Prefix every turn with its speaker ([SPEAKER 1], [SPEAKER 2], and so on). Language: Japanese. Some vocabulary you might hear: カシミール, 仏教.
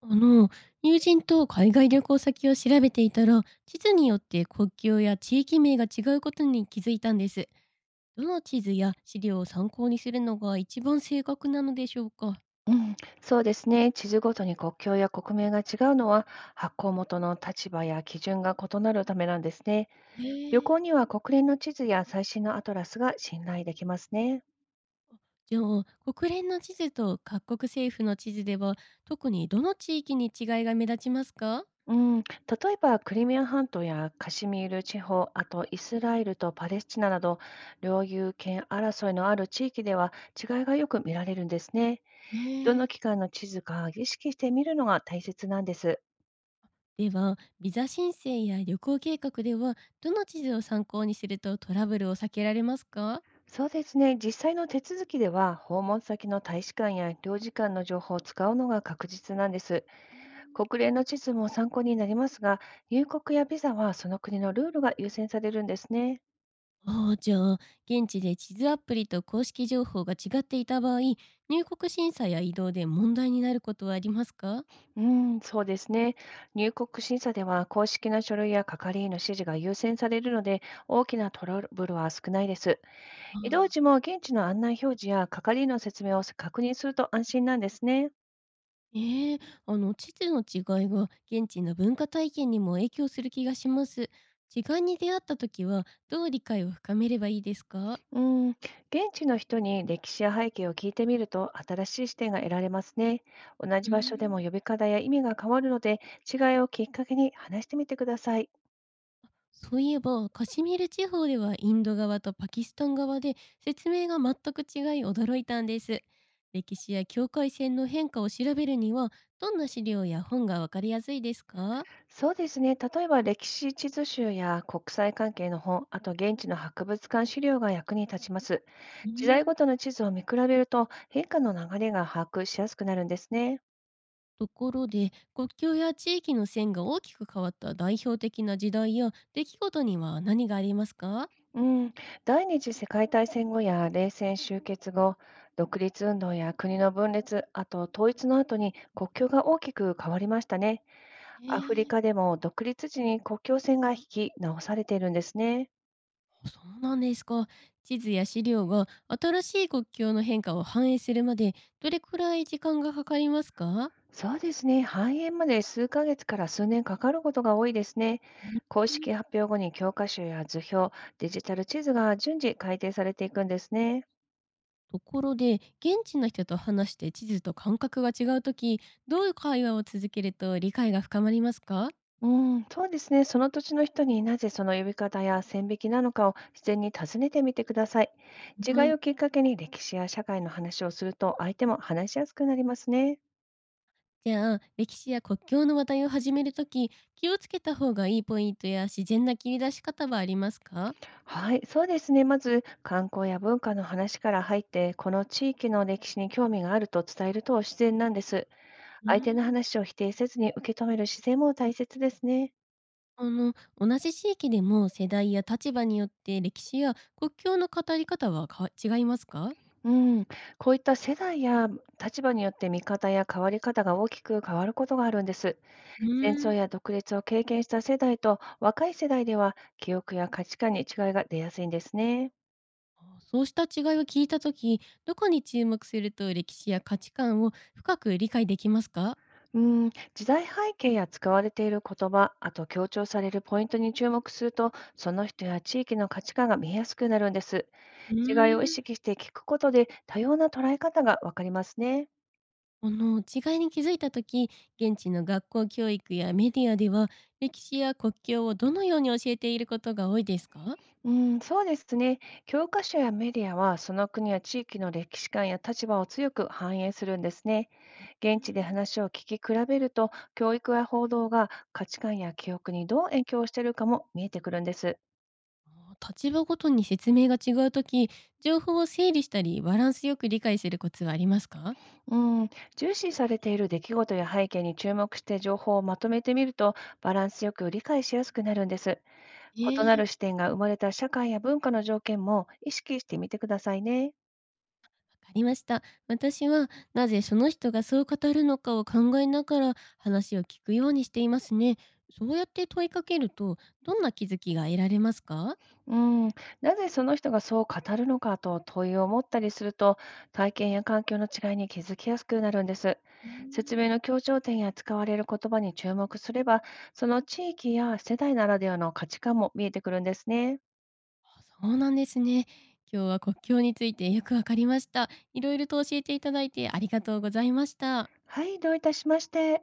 [SPEAKER 1] あの、友人と海外旅行先を調べていたら、地図によって国境や地域名が違うことに気づいたんです。どの地図や資料を参考にするのが一番正確なのでしょうか？
[SPEAKER 2] うん、そうですね。地図ごとに国境や国名が違うのは、発行元の立場や基準が異なるためなんですね。
[SPEAKER 1] え
[SPEAKER 2] 旅
[SPEAKER 1] ー、
[SPEAKER 2] 行には国連の地図や最新のアトラスが信頼できますね。
[SPEAKER 1] じゃあ、国連の地図と各国政府の地図では、特にどの地域に違いが目立ちますか？
[SPEAKER 2] うん、例えば、クリミア半島やカシミール地方、あとイスラエルとパレスチナなど、領有権争いのある地域では違いがよく見られるんですね。
[SPEAKER 1] え
[SPEAKER 2] ど
[SPEAKER 1] ー、
[SPEAKER 2] の機関の地図か意識して見るのが大切なんです。
[SPEAKER 1] では、ビザ申請や旅行計画では、どの地図を参考にするとトラブルを避けられますか？
[SPEAKER 2] そうですね。実際の手続きでは、訪問先の大使館や領事館の情報を使うのが確実なんです。国連の地図も参考になりますが、入国やビザはその国のルールが優先されるんですね。
[SPEAKER 1] ああ、じゃあ、現地で地図アプリと公式情報が違っていた場合、入国審査や移動で問題になることはありますか？
[SPEAKER 2] うん、そうですね。入国審査では、公式な書類や係員の指示が優先されるので、大きなトラブルは少ないです。移動
[SPEAKER 1] あ
[SPEAKER 2] 時
[SPEAKER 1] あ。
[SPEAKER 2] も現地の案内表示や係員の説明を確認すると安心なんですね。
[SPEAKER 1] ええ。地図の違いが現地の文化体験にも影響する気がします。違いに出会った時は、どう理解を深めればいいですか？
[SPEAKER 2] うん、現地の人に歴史や背景を聞いてみると新しい視点が得られますね。同
[SPEAKER 1] う
[SPEAKER 2] じ
[SPEAKER 1] ー
[SPEAKER 2] 場所で
[SPEAKER 1] ん。
[SPEAKER 2] も呼び方や意味が変わるので、違いをきっかけに話してみてください。
[SPEAKER 1] そういえば、カシミール地方ではインド側とパキスタン側で説明が全く違い驚いたんです。歴史や境界線の変化を調べるには、どんな資料や本がわかりやすいですか？
[SPEAKER 2] そうですね。例えば歴史地図集や国際関係の本、あと現地の博物館資料が役に立ちます。
[SPEAKER 1] うー
[SPEAKER 2] 時代ご
[SPEAKER 1] ん。
[SPEAKER 2] との地図を見比べると、変化の流れが把握しやすくなるんですね。
[SPEAKER 1] ところで、国境や地域の線が大きく変わった代表的な時代や出来事には何がありますか？
[SPEAKER 2] うん、第二次世界大戦後や冷戦終結後、独立運動や国の分裂、あと統一の後に国境が大きく変わりましたね。
[SPEAKER 1] へ
[SPEAKER 2] アフリ
[SPEAKER 1] え。
[SPEAKER 2] カでも独立時に国境線が引き直されているんですね。
[SPEAKER 1] あ、そうなんですか。地図や資料が新しい国境の変化を反映するまで、どれくらい時間がかかりますか？
[SPEAKER 2] そうですね。繁栄まで数ヶ月から数年かかることが多いですね。
[SPEAKER 1] う
[SPEAKER 2] 公
[SPEAKER 1] ん。
[SPEAKER 2] 式発表後に教科書や図表、デジタル地図が順次改定されていくんですね。
[SPEAKER 1] ところで、現地の人と話して地図と感覚が違うとき、どういう会話を続けると理解が深まりますか？
[SPEAKER 2] うん、そうですね。その土地の人に、なぜその呼び方や線引きなのかを自然に尋ねてみてください。違
[SPEAKER 1] はい。
[SPEAKER 2] いをきっかけに歴史や社会の話をすると、相手も話しやすくなりますね。
[SPEAKER 1] じゃあ、歴史や国境の話題を始めるとき気をつけた方がいいポイントや自然な切り出し方はありますか？
[SPEAKER 2] はい、そうですね。まず観光や文化の話から入って、この地域の歴史に興味があると伝えると自然なんです。
[SPEAKER 1] うー
[SPEAKER 2] 相手の
[SPEAKER 1] ん。
[SPEAKER 2] 話を否定せずに受け止める姿勢も大切ですね。
[SPEAKER 1] 同じ地域でも世代や立場によって歴史や国境の語り方はか違いますか？
[SPEAKER 2] うん、こういった世代や立場によって、見方や変わり方が大きく変わることがあるんです。
[SPEAKER 1] うー
[SPEAKER 2] 戦争
[SPEAKER 1] ん。
[SPEAKER 2] や独立を経験した世代と若い世代では、記憶や価値観に違いが出やすいんですね。
[SPEAKER 1] あ、そうした違いを聞いたときどこに注目すると歴史や価値観を深く理解できますか？
[SPEAKER 2] うん、時代背景や使われている言葉、あと強調されるポイントに注目すると、その人や地域の価値観が見えやすくなるんです。
[SPEAKER 1] うー
[SPEAKER 2] 違いを意
[SPEAKER 1] ん。
[SPEAKER 2] 識して聞くことで、多様な捉え方がわかりますね。
[SPEAKER 1] 違いに気づいた時、現地の学校教育やメディアでは、歴史や国境をどのように教えていることが多いですか？
[SPEAKER 2] うん、そうですね。教科書やメディアは、その国や地域の歴史観や立場を強く反映するんですね。
[SPEAKER 1] うー
[SPEAKER 2] 現地で
[SPEAKER 1] ん。
[SPEAKER 2] 話を聞き比べると、教育や報道が価値観や記憶にどう影響しているかも見えてくるんです。
[SPEAKER 1] あー、立場ごとに説明が違う時、情報を整理したり、バランスよく理解するコツはありますか？
[SPEAKER 2] うん、重視されている出来事や背景に注目して情報をまとめてみると、バランスよく理解しやすくなるんです。
[SPEAKER 1] え
[SPEAKER 2] 異な
[SPEAKER 1] え、わ
[SPEAKER 2] る視点が生まれた社会や文化の条件も意識してみてくださいね。
[SPEAKER 1] かりました。私は、なぜその人がそう語るのかを考えながら話を聞くようにしていますね。そうやって問いかけると、どんな気づきが得られますか？
[SPEAKER 2] うーん、なぜその人がそう語るのかと問いを持ったりすると、体験や環境の違いに気づきやすくなるんです。
[SPEAKER 1] うー
[SPEAKER 2] 説
[SPEAKER 1] ん。
[SPEAKER 2] 明の強調点や使われる言葉に注目すれば、その地域や世代ならではの価値観も見えてくるんですね。
[SPEAKER 1] あ、そうなんですね。今日は国境についてよくわかりました。いろいろと教えていただいてありがとうございました。
[SPEAKER 2] はい、どういたしまして。